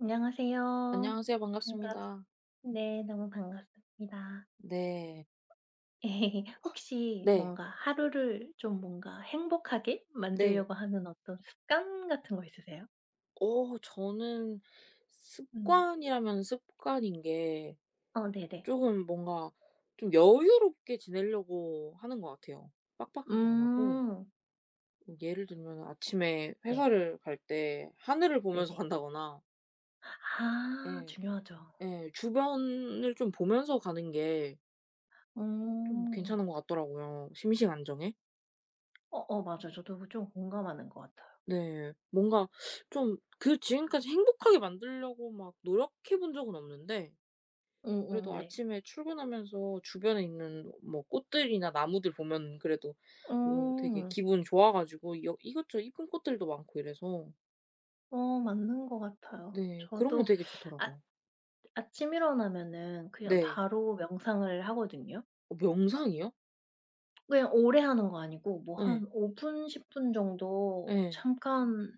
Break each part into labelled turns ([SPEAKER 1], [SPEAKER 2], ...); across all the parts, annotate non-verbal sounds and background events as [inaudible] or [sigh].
[SPEAKER 1] 안녕하세요.
[SPEAKER 2] 안녕하세요.
[SPEAKER 1] 반갑
[SPEAKER 2] 반갑습니다.
[SPEAKER 1] 네, 너무 반갑습니다.
[SPEAKER 2] 네.
[SPEAKER 1] [laughs] 혹시
[SPEAKER 2] 네.
[SPEAKER 1] 뭔가 하루를 좀 뭔가 행복하게
[SPEAKER 2] 네.
[SPEAKER 1] 만들려고 하는 어떤 습관 같은 거 있으세요?
[SPEAKER 2] 저는
[SPEAKER 1] 음.
[SPEAKER 2] 습관이라면 습관인 게
[SPEAKER 1] 어 네네.
[SPEAKER 2] 쪼금 뭔가 좀 여유롭게 지내려고 하는 것 같아요. 빡빡하게 안 하고
[SPEAKER 1] 음.
[SPEAKER 2] 뭐 예를 들면 아침에
[SPEAKER 1] 네.
[SPEAKER 2] 회사를 갈 때 하늘을 보면서
[SPEAKER 1] 네네.
[SPEAKER 2] 간다거나
[SPEAKER 1] 아,
[SPEAKER 2] 예.
[SPEAKER 1] 중요하죠.
[SPEAKER 2] 예. 주변을 좀 보면서 가는 게 좀
[SPEAKER 1] 음.
[SPEAKER 2] 괜찮은 것 같더라고요 심신 안정에.
[SPEAKER 1] 어어, 맞아, 저도 좀 공감하는 것 같아요.
[SPEAKER 2] 네. 뭔가 좀 그 지금까지 행복하게 만들려고 막 노력해 본 적은 없는데
[SPEAKER 1] 음, 응,
[SPEAKER 2] 그래도
[SPEAKER 1] 네.
[SPEAKER 2] 아침에 출근하면서 주변에 있는 뭐 꽃들이나 나무들 보면 그래도 뭐 되게
[SPEAKER 1] 음.
[SPEAKER 2] 기분 좋아 가지고 여 이것저것 이쁜 꽃들도 많고 이래서
[SPEAKER 1] 어, 맞는 것 같아요,
[SPEAKER 2] 네 그런 건
[SPEAKER 1] 저도.
[SPEAKER 2] 되게
[SPEAKER 1] 아,
[SPEAKER 2] 좋더라고요.
[SPEAKER 1] 아침 일어나면은 그냥
[SPEAKER 2] 네.
[SPEAKER 1] 바로 명상을 하거든요.
[SPEAKER 2] 어 명상이요?
[SPEAKER 1] 그냥 오래 하는 거 아니고 뭐
[SPEAKER 2] 예.
[SPEAKER 1] 한 5분 10분 정도
[SPEAKER 2] 예.
[SPEAKER 1] 잠깐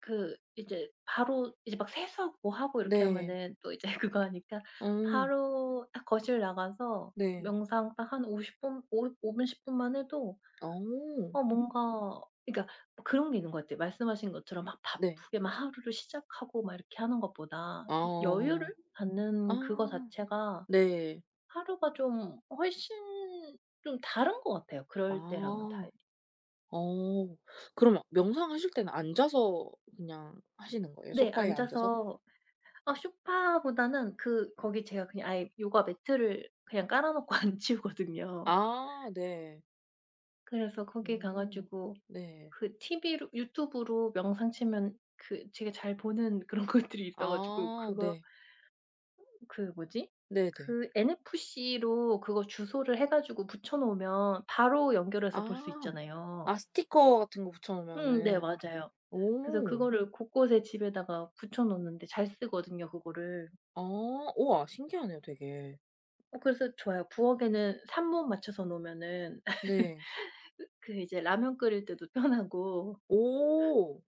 [SPEAKER 1] 그 이제 바로 이제 막 세수하고 뭐 하고 이렇게
[SPEAKER 2] 네.
[SPEAKER 1] 하면은 또 이제 [laughs] 그거 하니까
[SPEAKER 2] 어
[SPEAKER 1] 바로 딱 거실 나가서
[SPEAKER 2] 네.
[SPEAKER 1] 명상 딱 한5십분 오 오분10 분만 해도
[SPEAKER 2] 어.
[SPEAKER 1] 뭔가 그러니까 뭐 그런 게 있는 것 같아요. 말씀하신 것처럼 막
[SPEAKER 2] 네.
[SPEAKER 1] 바쁘게 막 하루를 시작하고 막 이렇게 하는 것보다 좀 여유를
[SPEAKER 2] 아.
[SPEAKER 1] 갖는 그거
[SPEAKER 2] 아.
[SPEAKER 1] 자체가
[SPEAKER 2] 네.
[SPEAKER 1] 하루가 좀 훨씬 좀 다른 것 같아요, 그럴 때랑은
[SPEAKER 2] 아.
[SPEAKER 1] 달리.
[SPEAKER 2] 어. 그럼 명상하실 때는 앉아서 그냥 하시는 거예요?
[SPEAKER 1] 네,
[SPEAKER 2] 소파에 앉아서?
[SPEAKER 1] 앉아서. 아, 소파보다는 그 거기 제가 그냥 아예 요가 매트를 그냥 깔아 놓고 안 치우거든요.
[SPEAKER 2] 아 네.
[SPEAKER 1] [laughs] 그래서 거기에 가
[SPEAKER 2] 오.
[SPEAKER 1] 가지고
[SPEAKER 2] 네.
[SPEAKER 1] 그 TV로 유튜브로 명상 치면 그 제가 잘 보는 그런 [laughs] 것들이 있어 가지고
[SPEAKER 2] 아
[SPEAKER 1] 그거.
[SPEAKER 2] 네.
[SPEAKER 1] 그 뭐지?
[SPEAKER 2] 네네.
[SPEAKER 1] 그 NFC로 그거 주소를 해 가지고 붙여 놓으면 바로 연결해서 볼 수
[SPEAKER 2] 아.
[SPEAKER 1] 있잖아요.
[SPEAKER 2] 아 스티커 같은 거 붙여
[SPEAKER 1] 음, 네,
[SPEAKER 2] 놓으면은.
[SPEAKER 1] 맞아요. 그래서
[SPEAKER 2] 오.
[SPEAKER 1] 그거를 곳곳에 집에다가 붙여 놓는데 잘 쓰거든요, 그거를.
[SPEAKER 2] 아. 우와 신기하네요 되게.
[SPEAKER 1] 어, 그래서 좋아요. 부엌에는 산모 맞춰서 놓으면은 [laughs]
[SPEAKER 2] 네.
[SPEAKER 1] 그 이제 라면 끓일 때도 [laughs] 편하고
[SPEAKER 2] 오.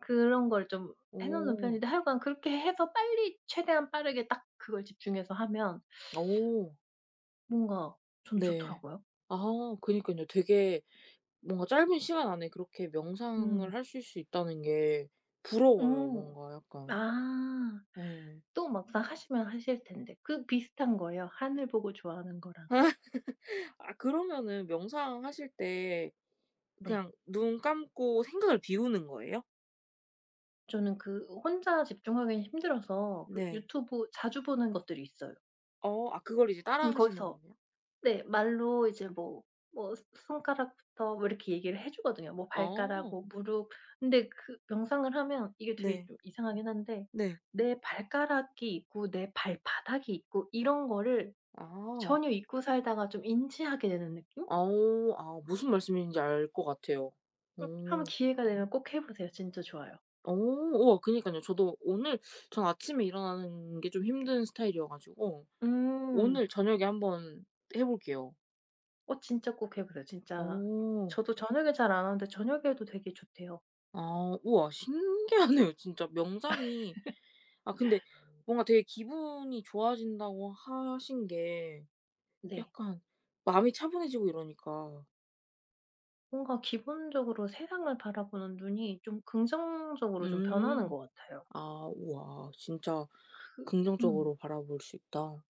[SPEAKER 1] 그런 걸 좀 해 놓는
[SPEAKER 2] 오.
[SPEAKER 1] 편인데, 하여간 그렇게 해서 빨리 최대한 빠르게 딱 그걸 집중해서 하면
[SPEAKER 2] 오.
[SPEAKER 1] 뭔가 저는
[SPEAKER 2] 네.
[SPEAKER 1] 좋더라고요.
[SPEAKER 2] 아 그니깐요. 되게 뭔가 짧은 시간 안에 그렇게
[SPEAKER 1] 음.
[SPEAKER 2] 명상을 하실 수 있다는 게 부러워요
[SPEAKER 1] 음.
[SPEAKER 2] 뭔가 약간.
[SPEAKER 1] 아.
[SPEAKER 2] 네.
[SPEAKER 1] 또 막상 하시면 하실 텐데. 그 비슷한 거예요, 하늘 보고 좋아하는 거랑.
[SPEAKER 2] 아 그러면은 명상하실 때
[SPEAKER 1] 네.
[SPEAKER 2] 그냥 눈 감고 생각을 비우는 거예요?
[SPEAKER 1] 저는 그 혼자 집중하기는 힘들어서 그
[SPEAKER 2] 네.
[SPEAKER 1] 유튜브 자주 보는 것들이 있어요.
[SPEAKER 2] 어 아 그걸 이제
[SPEAKER 1] 그럼
[SPEAKER 2] 따라 하시는
[SPEAKER 1] 거기서,
[SPEAKER 2] 거예요?
[SPEAKER 1] 네, 말로 이제 뭐 손가락부터 뭐 이렇게 얘기를 해 주거든요. 뭐 발가락,
[SPEAKER 2] 어.
[SPEAKER 1] 뭐 무릎. 근데 그 명상을 하면 이게 되게
[SPEAKER 2] 네.
[SPEAKER 1] 좀 이상하긴 한데,
[SPEAKER 2] 네.
[SPEAKER 1] 내 발가락이 있고 내 발바닥이 있고 이런 거를
[SPEAKER 2] 아.
[SPEAKER 1] 전혀 잊고 살다가 좀 인지하게 되는 느낌?
[SPEAKER 2] 어 아 무슨 말씀인지 알 것 같아요. 오
[SPEAKER 1] 한번 기회가 되면 꼭 해 보세요. 진짜 좋아요.
[SPEAKER 2] 오 우와 그니까요 저도 오늘 전 아침에 일어나는 게 좀 힘든 스타일이어 가지고
[SPEAKER 1] 음.
[SPEAKER 2] 오늘 저녁에 한번 해 볼게요.
[SPEAKER 1] 어, 진짜 꼭 해 보세요. 진짜
[SPEAKER 2] 오
[SPEAKER 1] 저도 저녁에 잘 안 하는데 저녁에도 되게 좋대요.
[SPEAKER 2] 아 우와 신기하네요 진짜. 명상이 아 근데 뭔가 되게 기분이 좋아진다고 하신 게
[SPEAKER 1] 네.
[SPEAKER 2] 약간 마음이 차분해지고 이러니까
[SPEAKER 1] 뭔가 기본적으로 세상을 바라보는 눈이 좀 긍정적으로 좀 변하는
[SPEAKER 2] 음.
[SPEAKER 1] 것 같아요.
[SPEAKER 2] 아 우와. 진짜
[SPEAKER 1] 그 음.
[SPEAKER 2] 긍정적으로 바라볼 수 있다.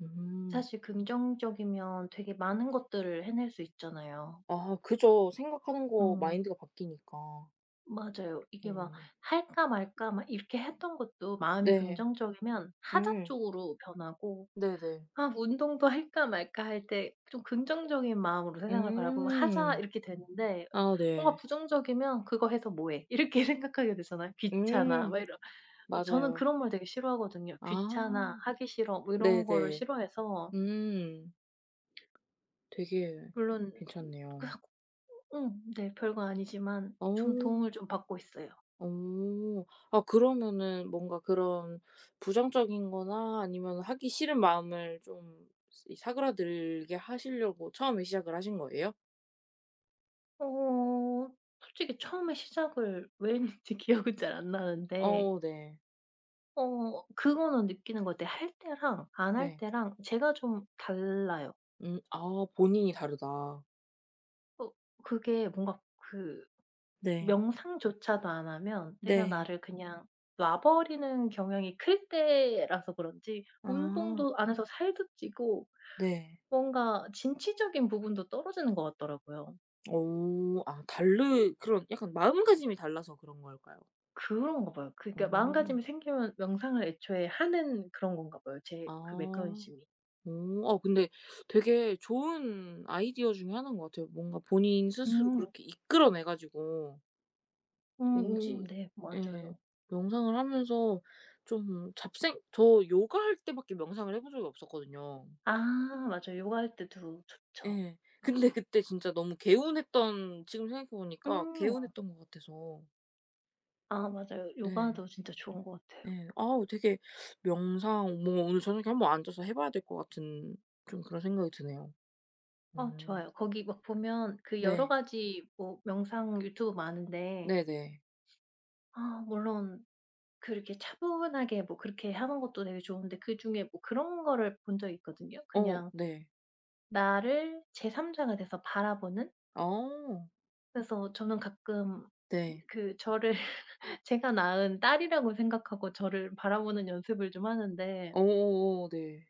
[SPEAKER 2] 음.
[SPEAKER 1] 사실 긍정적이면 되게 많은 것들을 해낼 수 있잖아요.
[SPEAKER 2] 아 그죠. 생각하는 거
[SPEAKER 1] 음.
[SPEAKER 2] 마인드가 바뀌니까.
[SPEAKER 1] 맞아요. 이게 막
[SPEAKER 2] 네.
[SPEAKER 1] 할까 말까 막 이렇게 했던 것도 마음이
[SPEAKER 2] 네.
[SPEAKER 1] 긍정적이면 하자
[SPEAKER 2] 음.
[SPEAKER 1] 쪽으로 변하고.
[SPEAKER 2] 네네.
[SPEAKER 1] 아, 운동도 할까 말까 할 때 좀 긍정적인 마음으로 세상을 바라보면 '하자.'
[SPEAKER 2] 음.
[SPEAKER 1] 이렇게 되는데
[SPEAKER 2] 아
[SPEAKER 1] 뭔가
[SPEAKER 2] 네.
[SPEAKER 1] 부정적이면 '그거 해서 뭐 해?' 이렇게 [laughs] 생각하게 되잖아요. '귀찮아.'
[SPEAKER 2] 음.
[SPEAKER 1] 막 이런. 어, 저는
[SPEAKER 2] 맞아요.
[SPEAKER 1] 그런 말 되게 싫어하거든요. "귀찮아."
[SPEAKER 2] 아.
[SPEAKER 1] "하기 싫어." 뭐 이런 거를
[SPEAKER 2] 네네.
[SPEAKER 1] 싫어해서.
[SPEAKER 2] 음. 되게
[SPEAKER 1] 물론 그
[SPEAKER 2] 괜찮네요.
[SPEAKER 1] [laughs] 음, 네, 별거 아니지만
[SPEAKER 2] 어.
[SPEAKER 1] 좀 도움을 좀 받고 있어요.
[SPEAKER 2] 오, 아 그러면은 뭔가 그런 부정적인 거나 아니면 하기 싫은 마음을 좀 이 사그라들게 하시려고 처음에 시작을 하신 거예요?
[SPEAKER 1] 어, 솔직히 처음에 시작을 왜 했는지 [laughs] 기억은 잘 안 나는데,
[SPEAKER 2] 어 네.
[SPEAKER 1] 어, 그거는 느끼는 것 같아요. 할 때랑 안 할
[SPEAKER 2] 네.
[SPEAKER 1] 때랑 제가 좀 달라요.
[SPEAKER 2] 아 본인이 다르다.
[SPEAKER 1] 어, 그게 뭔가 그
[SPEAKER 2] 네.
[SPEAKER 1] 명상조차도 안 하면 내가
[SPEAKER 2] 네.
[SPEAKER 1] 나를 그냥 놔 버리는 경향이 클 때라서 그런지
[SPEAKER 2] 아
[SPEAKER 1] 운동도 안 해서 살도 찌고
[SPEAKER 2] 네.
[SPEAKER 1] 뭔가 진취적인 부분도 떨어지는 것 같더라고요.
[SPEAKER 2] 오 아 다르 그런 약간 마음가짐이 달라서 그런 걸까요?
[SPEAKER 1] 그런가 봐요. 그러니까
[SPEAKER 2] 오,
[SPEAKER 1] 마음가짐이 생기면 명상을 애초에 하는 그런 건가 봐요, 제 그
[SPEAKER 2] 아.
[SPEAKER 1] 메커니즘이.
[SPEAKER 2] 오. 어 근데 되게 좋은 아이디어 중에 하나인 것 같아요. 뭔가 본인 스스로
[SPEAKER 1] 음.
[SPEAKER 2] 그렇게 이끌어내 가지고
[SPEAKER 1] 음음,
[SPEAKER 2] 왠지
[SPEAKER 1] 네,
[SPEAKER 2] 예
[SPEAKER 1] 맞아요.
[SPEAKER 2] 명상을 하면서 좀 잡생 저 요가할 때밖에 명상을 해본 적이 없었거든요.
[SPEAKER 1] 아, 맞아요. 요가할 때도 좋죠.
[SPEAKER 2] 예. 근데 그때 진짜 너무 개운했던 지금 생각해 보니까
[SPEAKER 1] 음.
[SPEAKER 2] 개운했던 것 같아서
[SPEAKER 1] 아, 맞아요.
[SPEAKER 2] 네.
[SPEAKER 1] 요가도 진짜 좋은 것 같아요.
[SPEAKER 2] 네, 아우 되게 명상 뭐 오늘 저녁에 한번 앉아서 해 봐야 될 것 같은 좀 그런 생각이 드네요.
[SPEAKER 1] 어,
[SPEAKER 2] 음.
[SPEAKER 1] 좋아요. 거기 막 보면 그 여러
[SPEAKER 2] 네.
[SPEAKER 1] 가지 뭐 명상 유튜브 많은데,
[SPEAKER 2] 네네.
[SPEAKER 1] 아, 물론 그렇게 차분하게 뭐 그렇게 하는 것도 되게 좋은데 그중에 뭐 그런 거를 본 적이 있거든요.
[SPEAKER 2] 어
[SPEAKER 1] 그냥
[SPEAKER 2] 네.
[SPEAKER 1] 나를 제3 자가 돼서 바라보는?
[SPEAKER 2] 어.
[SPEAKER 1] 그래서 저는 가끔
[SPEAKER 2] 네.
[SPEAKER 1] 그 저를 [laughs] 제가 낳은 딸이라고 생각하고 저를 바라보는 연습을 좀 하는데,
[SPEAKER 2] 어어어 네.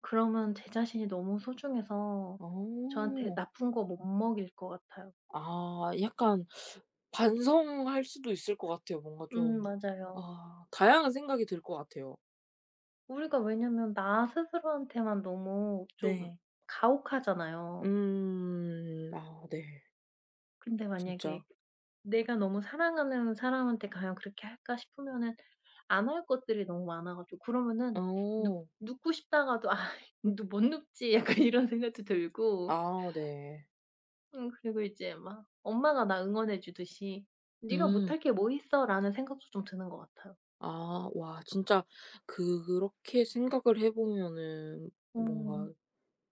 [SPEAKER 1] 그러면 제 자신이 너무 소중해서 저한테
[SPEAKER 2] 어.
[SPEAKER 1] 나쁜 거 못 먹일 것 같아요.
[SPEAKER 2] 아 약간 반성할 수도 있을 것 같아요. 뭔가
[SPEAKER 1] 음,
[SPEAKER 2] 좀
[SPEAKER 1] 맞아요.
[SPEAKER 2] 아 다양한 생각이 들 것 같아요.
[SPEAKER 1] 우리가, 왜냐면 나 스스로한테만 너무 좀
[SPEAKER 2] 네.
[SPEAKER 1] 가혹하잖아요.
[SPEAKER 2] 음. 아 네.
[SPEAKER 1] 근데 만약에
[SPEAKER 2] 진짜.
[SPEAKER 1] 내가 너무 사랑하는 사람한테 과연 그렇게 할까 싶으면은 안 할 것들이 너무 많아 가지고, 그러면은 눕
[SPEAKER 2] 어.
[SPEAKER 1] 눕고 싶다가도 [laughs] '아, 눕 못 눕지.' 약간 [laughs] 이런 생각도 들고.
[SPEAKER 2] 아 네.
[SPEAKER 1] 그리고 이제 막 엄마가 나 응원해 주듯이 '네가
[SPEAKER 2] 음.
[SPEAKER 1] 못할 게 뭐 있어.'라는 생각도 좀 드는 것 같아요.
[SPEAKER 2] 아 와 진짜 그렇게 생각을 해 보면은 뭔가
[SPEAKER 1] 음.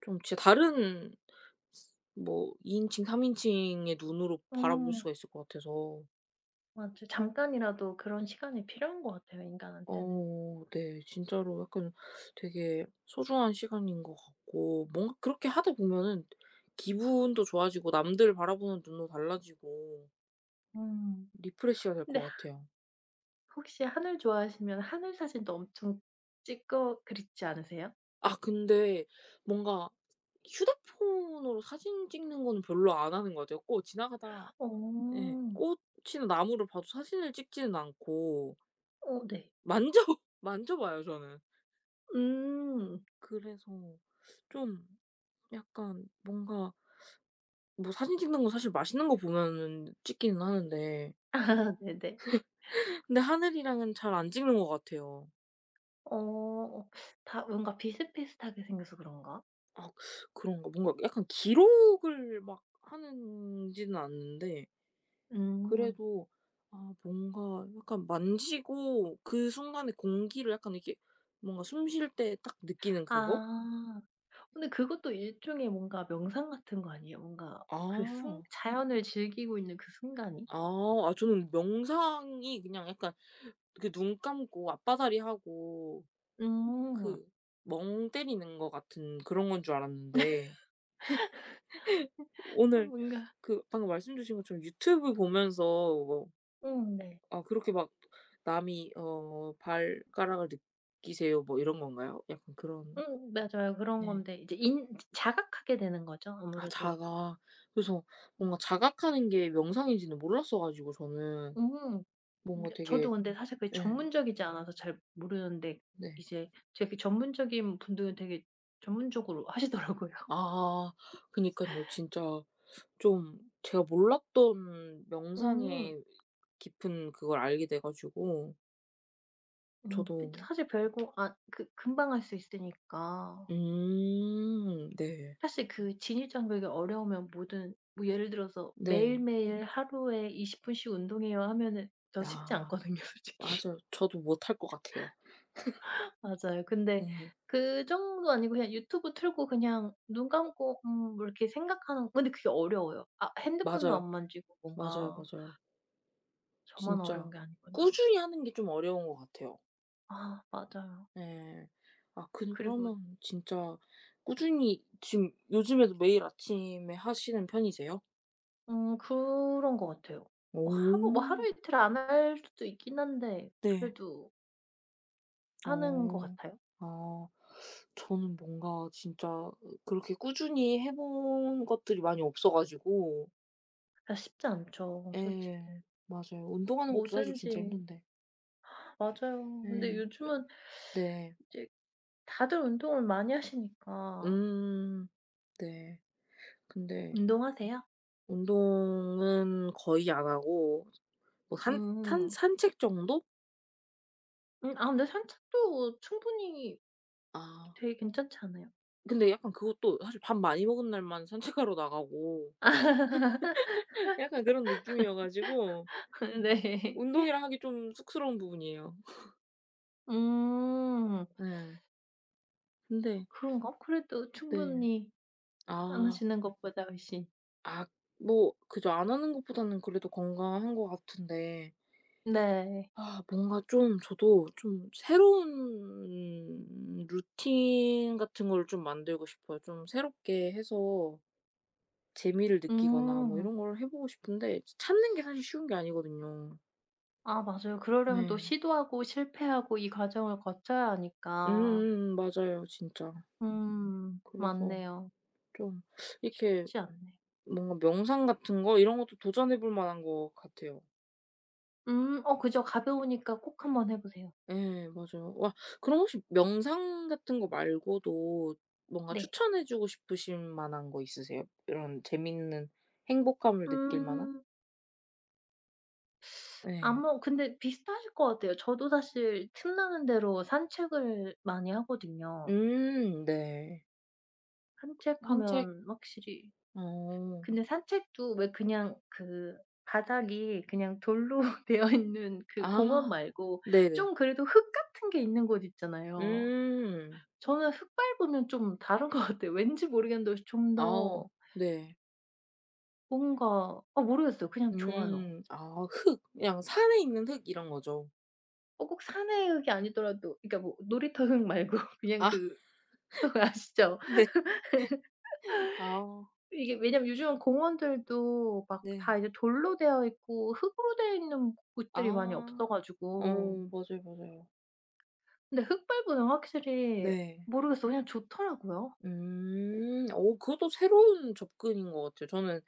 [SPEAKER 2] 좀 진짜 다른 뭐 2 인칭 3 인칭의 눈으로 바라볼
[SPEAKER 1] 음.
[SPEAKER 2] 수가 있을 것 같아서
[SPEAKER 1] 맞아, 잠깐이라도 그런 시간이 필요한 것 같아요, 인간한테는.
[SPEAKER 2] 어 네. 진짜로 약간 되게 소중한 시간인 것 같고 뭔가 그렇게 하다 보면은 기분도 좋아지고 남들 바라보는 눈도 달라지고
[SPEAKER 1] 음.
[SPEAKER 2] 리프레시가 될
[SPEAKER 1] 근데
[SPEAKER 2] 것 같아요.
[SPEAKER 1] 혹시 하늘 좋아하시면 하늘 사진도 엄청 찍어 그리지 않으세요?
[SPEAKER 2] 아 근데 뭔가 휴대폰으로 사진 찍는 거는 별로 안 하는 것 같아요. 꼭 지나가다
[SPEAKER 1] 어.
[SPEAKER 2] 예 꽃이나 나무를 봐도 사진을 찍지는 않고
[SPEAKER 1] 어, 네.
[SPEAKER 2] 만져 [laughs] 만져봐요 저는.
[SPEAKER 1] 음.
[SPEAKER 2] 그래서 좀 약간 뭔가 뭐 사진 찍는 거 사실 맛있는 거 보면은 찍기는 하는데
[SPEAKER 1] [laughs] 아, 네네.
[SPEAKER 2] 근데 하늘이랑은 잘 안 찍는 것 같아요.
[SPEAKER 1] 어. 다 뭔가 비슷비슷하게 생겨서 그런가?
[SPEAKER 2] 아 그런가? 뭔가 약간 기록을 막 하는지는 않는데
[SPEAKER 1] 음.
[SPEAKER 2] 그래도 아 뭔가 약간 만지고 그 순간에 공기를 약간 이렇게 뭔가 숨쉴 때 딱 느끼는 그거?
[SPEAKER 1] 아. 근데 그것도 일종의 뭔가 명상 같은 거 아니에요? 뭔가 그 순
[SPEAKER 2] 아.
[SPEAKER 1] 자연을 즐기고 있는 그 순간이?
[SPEAKER 2] 아. 아 저는 명상이 그냥 약간 그 눈 감고 앞바다리 하고
[SPEAKER 1] 음.
[SPEAKER 2] 그 멍 때리는 것 같은 그런 건 줄 알았는데
[SPEAKER 1] 어,
[SPEAKER 2] 오늘
[SPEAKER 1] 뭔가.
[SPEAKER 2] 그 방금 말씀 주신 것처럼 유튜브 보면서 뭐
[SPEAKER 1] 음, 네.
[SPEAKER 2] 아 그렇게 막 남이 어 "발가락을 느끼세요." 뭐 이런 건가요? 약간 그런
[SPEAKER 1] 음, 맞아요. 그런
[SPEAKER 2] 네.
[SPEAKER 1] 건데 이제 인 자각하게 되는 거죠,
[SPEAKER 2] 아
[SPEAKER 1] 아무래도.
[SPEAKER 2] 자각. 그래서 뭔가 자각하는 게 명상인지는 몰랐어 가지고 저는
[SPEAKER 1] 음.
[SPEAKER 2] 뭔가
[SPEAKER 1] 며 저도
[SPEAKER 2] 되게
[SPEAKER 1] 근데 사실 그게
[SPEAKER 2] 예.
[SPEAKER 1] 전문적이지 않아서 잘 모르는데,
[SPEAKER 2] 네.
[SPEAKER 1] 이제 되게 전문적인 분들은 되게 전문적으로 [laughs] 하시더라고요.
[SPEAKER 2] 아 그니깐요. 진짜 좀 제가 몰랐던
[SPEAKER 1] 음.
[SPEAKER 2] 명상의 깊은 그걸 알게 돼 가지고
[SPEAKER 1] 음. 근데
[SPEAKER 2] 저도
[SPEAKER 1] 사실 별거 금방 할 수 있으니까.
[SPEAKER 2] 네.
[SPEAKER 1] 사실 그 진입 장벽이 어려우면, 뭐든, 뭐 예를 들어서
[SPEAKER 2] 네.
[SPEAKER 1] 매일매일 하루에 20 분씩 운동해요 하면은 저 쉽지
[SPEAKER 2] 아
[SPEAKER 1] 않거든요 [laughs] 솔직히.
[SPEAKER 2] 맞아요. 저도 못할 것 같아요.
[SPEAKER 1] 맞아요. 근데
[SPEAKER 2] 네.
[SPEAKER 1] 그 정도 아니고 그냥 유튜브 틀고 그냥 눈 감고 뭐 이렇게 생각하는. 근데 그게 어려워요. 아, 핸드폰도
[SPEAKER 2] 맞아요.
[SPEAKER 1] 안 만지고
[SPEAKER 2] 맞아요,
[SPEAKER 1] 뭔가.
[SPEAKER 2] 맞아요.
[SPEAKER 1] 저만 어려운
[SPEAKER 2] 진짜
[SPEAKER 1] 게 아니구나.
[SPEAKER 2] 꾸준히 하는 게 좀 어려운 것 같아요.
[SPEAKER 1] 아, 맞아요.
[SPEAKER 2] 예. 아
[SPEAKER 1] 그리고
[SPEAKER 2] 그러면 진짜 꾸준히 지금 요즘에도 매일 아침에 하시는 편이세요?
[SPEAKER 1] 그런 것 같아요. 뭐 하루 뭐
[SPEAKER 2] 오.
[SPEAKER 1] 하루 이틀 안 할 수도 있긴 한데
[SPEAKER 2] 네.
[SPEAKER 1] 그래도 하는 것
[SPEAKER 2] 어.
[SPEAKER 1] 같아요.
[SPEAKER 2] 아. 저는 뭔가 진짜 그렇게 꾸준히 해본 것들이 많이 없어 가지고
[SPEAKER 1] 아, 쉽지 않죠,
[SPEAKER 2] 예.
[SPEAKER 1] 솔직히.
[SPEAKER 2] 맞아요. 운동하는 것도 사실 진짜
[SPEAKER 1] 뭐든지.
[SPEAKER 2] 힘든데.
[SPEAKER 1] 맞아요. 근데
[SPEAKER 2] 예.
[SPEAKER 1] 요즘은
[SPEAKER 2] 네.
[SPEAKER 1] 이제 다들 운동을 많이 하시니까.
[SPEAKER 2] 음. 네. 근데
[SPEAKER 1] 운동하세요?
[SPEAKER 2] 운동은 거의 안 하고 뭐 산 산
[SPEAKER 1] 음.
[SPEAKER 2] 산책 정도?
[SPEAKER 1] 아, 근데 산책도 충분히
[SPEAKER 2] 아
[SPEAKER 1] 되게 괜찮지 않아요?
[SPEAKER 2] 근데 약간 그것도 사실 밥 많이 먹은 날만 산책하러 나가고 [laughs] 약간 그런 느낌이어 가지고
[SPEAKER 1] [laughs] 네.
[SPEAKER 2] 운동이라 하기 좀 쑥스러운 부분이에요.
[SPEAKER 1] 음.
[SPEAKER 2] 네. 근데
[SPEAKER 1] 그런가? 그래도
[SPEAKER 2] 네.
[SPEAKER 1] 충분히 안
[SPEAKER 2] 아.
[SPEAKER 1] 하시는 것보다 훨씬.
[SPEAKER 2] 아 뭐 그저 안 하는 것보다는 그래도 건강한 것 같은데
[SPEAKER 1] 네.
[SPEAKER 2] 아 뭔가 좀 저도 좀 새로운 루틴 같은 걸 좀 만들고 싶어요. 좀 새롭게 해서 재미를 느끼거나 뭐
[SPEAKER 1] 음.
[SPEAKER 2] 이런 걸 해 보고 싶은데 찾는 게 사실 쉬운 게 아니거든요.
[SPEAKER 1] 아, 맞아요. 그러려면 또
[SPEAKER 2] 네.
[SPEAKER 1] 시도하고 실패하고 이 과정을 거쳐야 하니까.
[SPEAKER 2] 음음 맞아요 진짜.
[SPEAKER 1] 음,
[SPEAKER 2] 그래서
[SPEAKER 1] 맞네요.
[SPEAKER 2] 좀 이렇게
[SPEAKER 1] 쉽지 않네.
[SPEAKER 2] 뭔가 명상 같은 거 이런 것도 도전해 볼 만한 것 같아요.
[SPEAKER 1] 어, 그죠. 가벼우니까 꼭 한번 해 보세요.
[SPEAKER 2] 예 맞아요. 와 그럼 혹시 명상 같은 거 말고도 뭔가
[SPEAKER 1] 네.
[SPEAKER 2] 추천해 주고 싶으신 만한 거 있으세요? 이런 재밌는 행복감을 느낄 만한?
[SPEAKER 1] 음.
[SPEAKER 2] 네.
[SPEAKER 1] 아마 근데 비슷하실 것 같아요. 저도 사실 틈나는 대로 산책을 많이 하거든요.
[SPEAKER 2] 네. 산책.
[SPEAKER 1] 산책하면 확실히.
[SPEAKER 2] 어.
[SPEAKER 1] 근데 산책도 왜 그냥 그 바닥이 그냥 돌로 [laughs] 되어 있는 그 공원
[SPEAKER 2] 아
[SPEAKER 1] 말고
[SPEAKER 2] 네네.
[SPEAKER 1] 좀 그래도 흙 같은 게 있는 곳 있잖아요.
[SPEAKER 2] 음.
[SPEAKER 1] 저는 흙 밟으면 좀 다른 것 같아요. 왠지 모르겠는데 좀
[SPEAKER 2] 아
[SPEAKER 1] 더
[SPEAKER 2] 네.
[SPEAKER 1] 뭔가, 아, 모르겠어요. 그냥 좋아요.
[SPEAKER 2] 음. 아 흙 그냥 산에 있는 흙 이런 거죠?
[SPEAKER 1] 어, 꼭 산의 흙이 아니더라도. 그러니까 뭐 놀이터 흙 말고 [laughs] 그냥
[SPEAKER 2] 아 [laughs]
[SPEAKER 1] 그 흙, 아시죠?
[SPEAKER 2] 네. 아
[SPEAKER 1] 이게, 왜냐면 요즘은 공원들도 막 다
[SPEAKER 2] 네.
[SPEAKER 1] 이제 돌로 되어 있고 흙으로 되어 있는 곳들이 많이
[SPEAKER 2] 아.
[SPEAKER 1] 없어
[SPEAKER 2] 어
[SPEAKER 1] 가지고.
[SPEAKER 2] 맞아요, 맞아요.
[SPEAKER 1] 근데 흙 밟으면 확실히,
[SPEAKER 2] 네.
[SPEAKER 1] 모르겠어요, 그냥 좋더라고요.
[SPEAKER 2] 음. 오, 그것도 새로운 접근인 것 같아요. 저는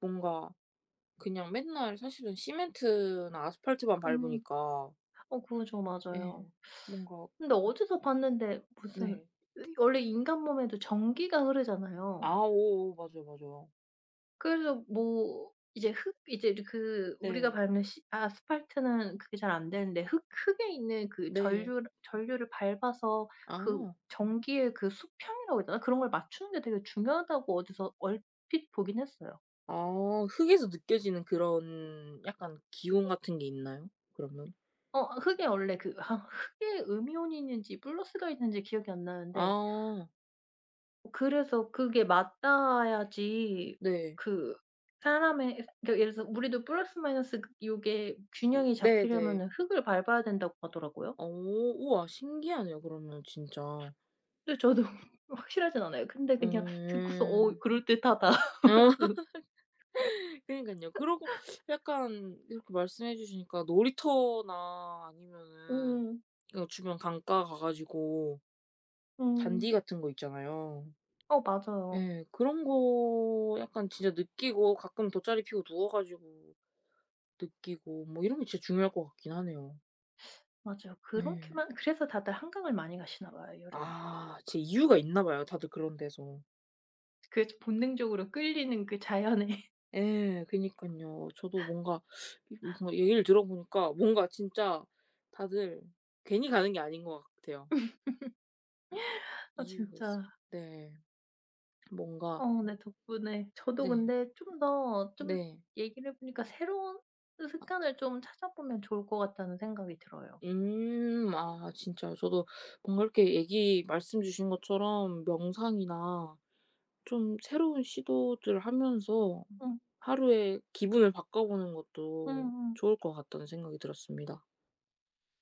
[SPEAKER 2] 뭔가 그냥 맨날 사실은 시멘트나 아스팔트만
[SPEAKER 1] 음.
[SPEAKER 2] 밟으니까
[SPEAKER 1] 어, 그죠, 맞아요.
[SPEAKER 2] 예. 뭔가
[SPEAKER 1] 근데 어디서 봤는데, 무슨,
[SPEAKER 2] 네.
[SPEAKER 1] 이 원래 인간 몸에도 전기가 흐르잖아요.
[SPEAKER 2] 아 오오 맞아요, 맞아요.
[SPEAKER 1] 그래서 뭐 이제 흙, 이제 그 우리가
[SPEAKER 2] 네.
[SPEAKER 1] 밟는 아스팔트는 그게 잘 안 되는데, 흙 흙에 있는 그
[SPEAKER 2] 네.
[SPEAKER 1] 전류를 밟아서 그
[SPEAKER 2] 아.
[SPEAKER 1] 전기의 그 수평이라고 있잖아, 그런 걸 맞추는 게 되게 중요하다고 어디서 얼핏 보긴 했어요.
[SPEAKER 2] 아 흙에서 느껴지는 그런 약간 기운 같은 게 있나요? 그러면?
[SPEAKER 1] 어, 흙에 원래 그, 흙에 음이온이 있는지 플러스가 있는지 기억이 안 나는데,
[SPEAKER 2] 아
[SPEAKER 1] 그래서 그게 맞닿아야지
[SPEAKER 2] 네.
[SPEAKER 1] 그 사람의, 그러니까 예를 들어서 우리도 플러스 마이너스 그 요게 균형이
[SPEAKER 2] 네 네.
[SPEAKER 1] 잡히려면은 흙을 밟아야 된다고 하더라고요.
[SPEAKER 2] 오, 우와 신기하네요 그러면 진짜.
[SPEAKER 1] 근데 저도 [laughs] 확실하진 않아요. 근데 그냥 듣고서 '어,
[SPEAKER 2] 음.
[SPEAKER 1] 그럴듯하다.'
[SPEAKER 2] [laughs] 어.
[SPEAKER 1] [laughs] 그.
[SPEAKER 2] 그러니깐요. 그러고 약간 이렇게 말씀해 주시니까 놀이터나 아니면은
[SPEAKER 1] 음.
[SPEAKER 2] 그 주변 강가 가 가지고
[SPEAKER 1] 음.
[SPEAKER 2] 잔디 같은 거 있잖아요.
[SPEAKER 1] 어, 맞아요,
[SPEAKER 2] 예. 그런 거 약간 진짜 느끼고 가끔 돗자리 피고 누워 가지고 느끼고 뭐 이런 게 진짜 중요할 것 같긴 하네요.
[SPEAKER 1] 맞아요.
[SPEAKER 2] 예.
[SPEAKER 1] 그렇게만. 그래서 다들 한강을 많이 가시나 봐요, 여름에.
[SPEAKER 2] 아 진짜 이유가 있나 봐요, 다들 그런 데서.
[SPEAKER 1] 그게 본능적으로 끌리는 그 자연에.
[SPEAKER 2] 예. 그니깐요. 저도 뭔가 이 뭔가 얘기를 들어 보니까 뭔가 진짜 다들 괜히 가는 게 아닌 것 같아요.
[SPEAKER 1] [laughs] 아,
[SPEAKER 2] 이유가 있어.
[SPEAKER 1] 진짜.
[SPEAKER 2] 네. 뭔가
[SPEAKER 1] 어, 네. 덕분에 저도
[SPEAKER 2] 네.
[SPEAKER 1] 근데 좀 더 좀
[SPEAKER 2] 네.
[SPEAKER 1] 얘기를 해 보니까 '새로운 습관을 좀 찾아보면 좋을 것 같다.'는 생각이 들어요.
[SPEAKER 2] 음. 아 진짜요? 저도 뭔가 이렇게 얘기 말씀 주신 것처럼 명상이나 좀 새로운 시도들 하면서
[SPEAKER 1] 응,
[SPEAKER 2] 하루의 기분을 바꿔보는
[SPEAKER 1] 응,
[SPEAKER 2] 것도
[SPEAKER 1] 응.
[SPEAKER 2] 좋을 것 같다는 생각이 들었습니다.